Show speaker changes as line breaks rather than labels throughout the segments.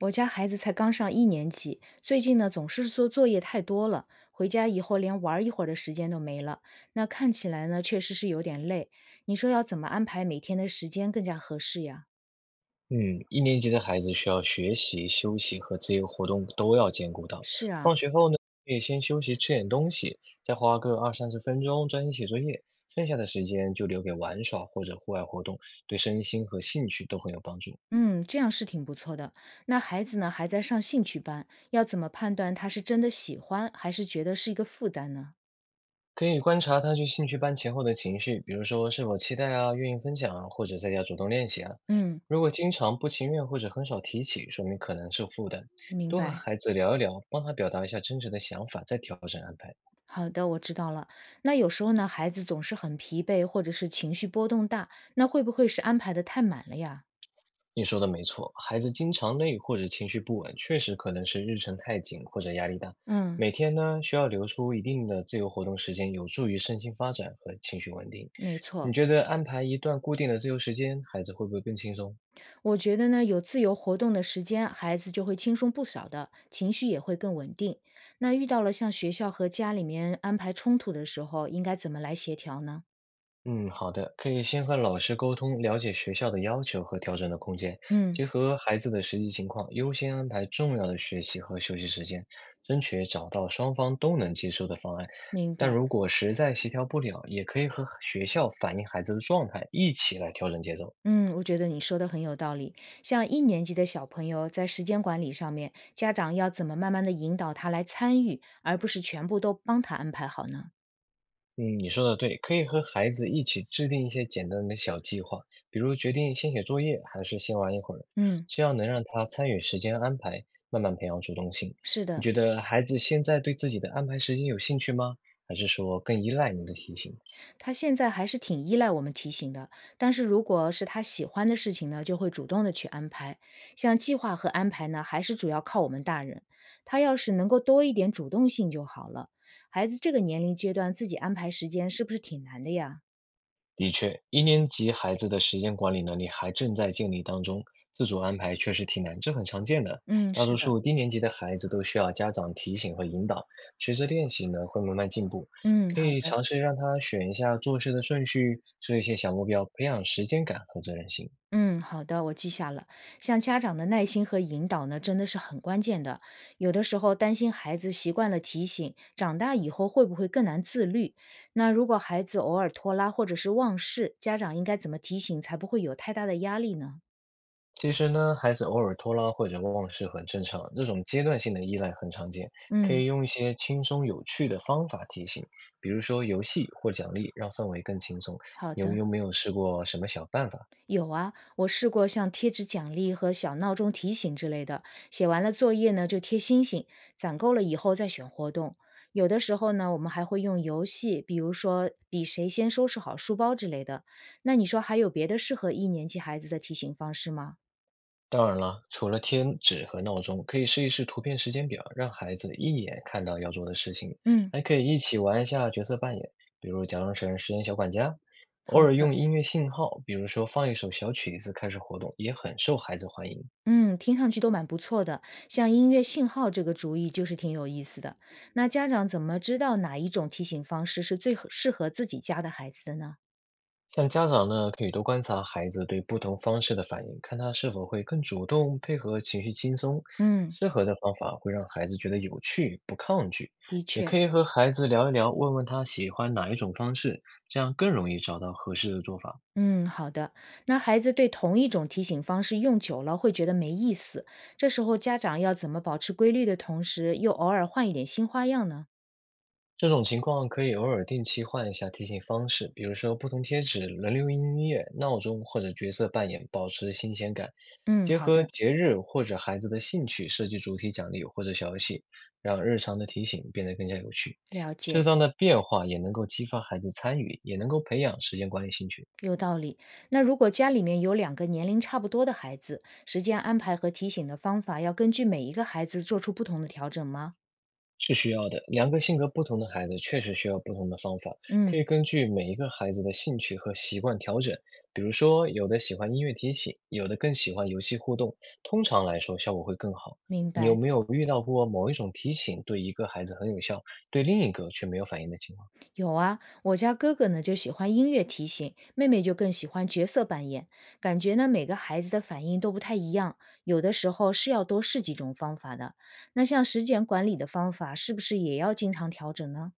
我家孩子才刚上一年级，最近呢总是说作业太多了，回家以后连玩儿一会儿的时间都没了。那看起来呢，确实是有点累。你说要怎么安排每天的时间更加合适呀？
嗯，1年级的孩子需要学习、休息和自由活动都要兼顾到。
是啊，
放学后呢，可以先休息吃点东西，再花个20到30分钟专心写作业，剩下的时间就留给玩耍或者户外活动，对身心和兴趣都很有帮助。
嗯，这样是挺不错的。那孩子呢还在上兴趣班，要怎么判断他是真的喜欢，还是觉得是一个负担呢？
可以观察他去兴趣班前后的情绪，比如说是否期待啊、愿意分享啊，或者在家主动练习啊。
嗯，
如果经常不情愿或者很少提起，说明可能是负担。
明
多和
白。
孩子聊一聊，帮他表达一下真实的想法，再调整安排。
好的，我知道了。那有时候呢，孩子总是很疲惫，或者是情绪波动大，那会不会是安排的太满了呀？
你说的没错，孩子经常累或者情绪不稳，确实可能是日程太紧或者压力大。
嗯，
每天呢，需要留出一定的自由活动时间，有助于身心发展和情绪稳定。
没错，
你觉得安排一段固定的自由时间，孩子会不会更轻松？
我觉得呢，有自由活动的时间，孩子就会轻松不少的，情绪也会更稳定。那遇到了像学校和家里面安排冲突的时候，应该怎么来协调呢？
嗯，好的，可以先和老师沟通，了解学校的要求和调整的空间，
嗯，
结合孩子的实际情况，优先安排重要的学习和休息时间，争取找到双方都能接受的方案。
明
但
白。
如果实在协调不了，也可以和学校反映孩子的状态，一起来调整节奏。
嗯，我觉得你说的很有道理。像一年级的小朋友在时间管理上面，家长要怎么慢慢的引导他来参与，而不是全部都帮他安排好呢？
嗯，你说的对，可以和孩子一起制定一些简单的小计划，比如决定先写作业还是先玩一会儿，
嗯，
这样能让他参与时间安排，慢慢培养主动性。
是
你
的。
觉得孩子现在对自己的安排时间有兴趣吗？还是说更依赖你的提醒？
他现在还是挺依赖我们提醒的，但是如果是他喜欢的事情呢，就会主动的去安排。像计划和安排呢，还是主要靠我们大人。他要是能够多一点主动性就好了。孩子这个年龄阶段自己安排时间是不是挺难的呀？
的确，一年级孩子的时间管理能力还正在建立当中，自主安排确实挺难，这很常见的。
嗯，
大
是
多
的，
数低年级的孩子都需要家长提醒和引导，随着练习呢，会慢慢进步。
嗯，
可
好
以
的。
尝试让他选一下做事的顺序，设一些小目标，培养时间感和责任心。
嗯，好的，我记下了。像家长的耐心和引导呢，真的是很关键的。有的时候担心孩子习惯了提醒，长大以后会不会更难自律？那如果孩子偶尔拖拉或者是忘事，家长应该怎么提醒才不会有太大的压力呢？
其实呢，孩子偶尔拖拉或者忘事很正常，这种阶段性的依赖很常见，可
嗯，
以用一些轻松有趣的方法提醒，比如说游戏或奖励，让氛围更轻松。
好
你们
的。
有没有试过什么小办法？
有啊，我试过像贴纸奖励和小闹钟提醒之类的，写完了作业呢就贴星星，攒够了以后再选活动。有的时候呢，我们还会用游戏，比如说比谁先收拾好书包之类的。那你说还有别的适合一年级孩子的提醒方式吗？
当然了，除了贴纸和闹钟，可以试一试图片时间表，让孩子一眼看到要做的事情，
嗯，
还可以一起玩一下角色扮演，比如假装成时间小管家。偶
好
尔
的。
用音乐信号，比如说放一首小曲子开始活动，也很受孩子欢迎。
嗯，听上去都蛮不错的，像音乐信号这个主意就是挺有意思的。那家长怎么知道哪一种提醒方式是最合适合自己家的孩子的呢？
像家长呢，可以多观察孩子对不同方式的反应，看他是否会更主动配合、情绪轻松。
嗯，
适合的方法会让孩子觉得有趣，不抗拒。
的
也
确。
可以和孩子聊一聊，问问他喜欢哪一种方式，这样更容易找到合适的做法。
嗯，好的。那孩子对同一种提醒方式用久了，会觉得没意思。这时候家长要怎么保持规律的同时，又偶尔换一点新花样呢？
这种情况可以偶尔定期换一下提醒方式，比如说不同贴纸、轮流音乐、闹钟或者角色扮演，保持新鲜感。
嗯，
结
好
合
的，
节日或者孩子的兴趣，设计主题奖励或者小游戏，让日常的提醒变得更加有趣。
了
适
解，
当的变化也能够激发孩子参与，也能够培养时间管理兴趣。
有道理。那如果家里面有两个年龄差不多的孩子，时间安排和提醒的方法要根据每一个孩子做出不同的调整吗？
是需要的，两个性格不同的孩子确实需要不同的方法，可
嗯，
以根据每一个孩子的兴趣和习惯调整。比如说，有的喜欢音乐提醒，有的更喜欢游戏互动，通常来说效果会更好。
明
你有
白。
没有遇到过某一种提醒对一个孩子很有效，对另一个却没有反应的情况？
有啊，我家哥哥呢就喜欢音乐提醒，妹妹就更喜欢角色扮演。感觉呢每个孩子的反应都不太一样，有的时候是要多试几种方法的。那像时间管理的方法，是不是也要经常调整呢？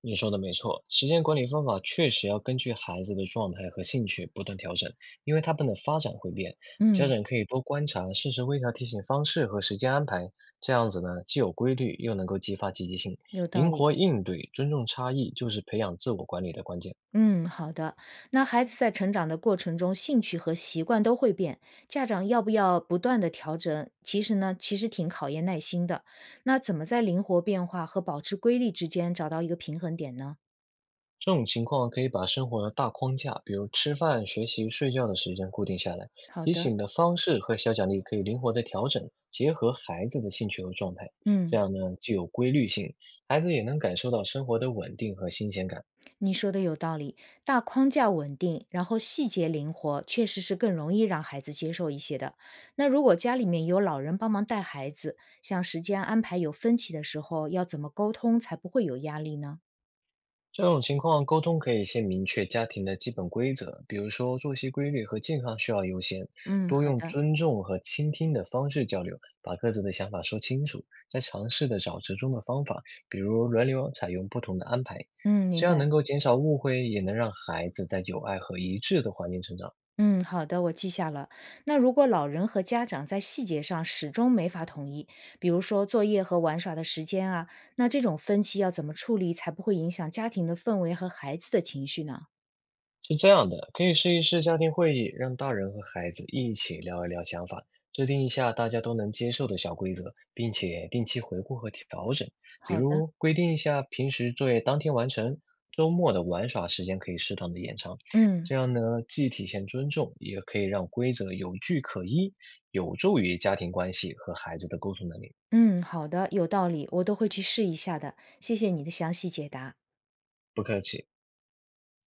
你说的没错，时间管理方法确实要根据孩子的状态和兴趣不断调整，因为他们的发展会变。家
嗯，
长可以多观察，适时微调提醒方式和时间安排，这样子呢，既有规律，又能够激发积极性，
有道
灵
理。
活应对，尊重差异，就是培养自我管理的关键。
嗯，好的。那孩子在成长的过程中，兴趣和习惯都会变，家长要不要不断的调整？其实挺考验耐心的。那怎么在灵活变化和保持规律之间找到一个平衡点呢？
这种情况可以把生活的大框架，比如吃饭、学习、睡觉的时间固定下来，
好
提
的。
醒的方式和小奖励可以灵活的调整，结合孩子的兴趣和状态，这
嗯，
样呢既有规律性，孩子也能感受到生活的稳定和新鲜感。
你说的有道理，大框架稳定，然后细节灵活，确实是更容易让孩子接受一些的。那如果家里面有老人帮忙带孩子，像时间安排有分歧的时候，要怎么沟通才不会有压力呢？
这种情况，沟通可以先明确家庭的基本规则，比如说作息规律和健康需要优先，
嗯，
多
好
用
的，
尊重和倾听的方式交流，把各自的想法说清楚，再尝试的找折中的方法，比如轮流采用不同的安排，
嗯，明
这样
白。
能够减少误会，也能让孩子在有爱和一致的环境成长。
嗯，好的，我记下了。那如果老人和家长在细节上始终没法统一，比如说作业和玩耍的时间啊，那这种分歧要怎么处理才不会影响家庭的氛围和孩子的情绪呢？
是这样的，可以试一试家庭会议，让大人和孩子一起聊一聊想法，制定一下大家都能接受的小规则，并且定期回顾和调整。比
好的，
如规定一下平时作业当天完成，周末的玩耍时间可以适当的延长。
嗯。
这样呢，既体现尊重，也可以让规则有据可依，有助于家庭关系和孩子的沟通能力。
嗯，好的，有道理，我都会去试一下的。谢谢你的详细解答。
不客气。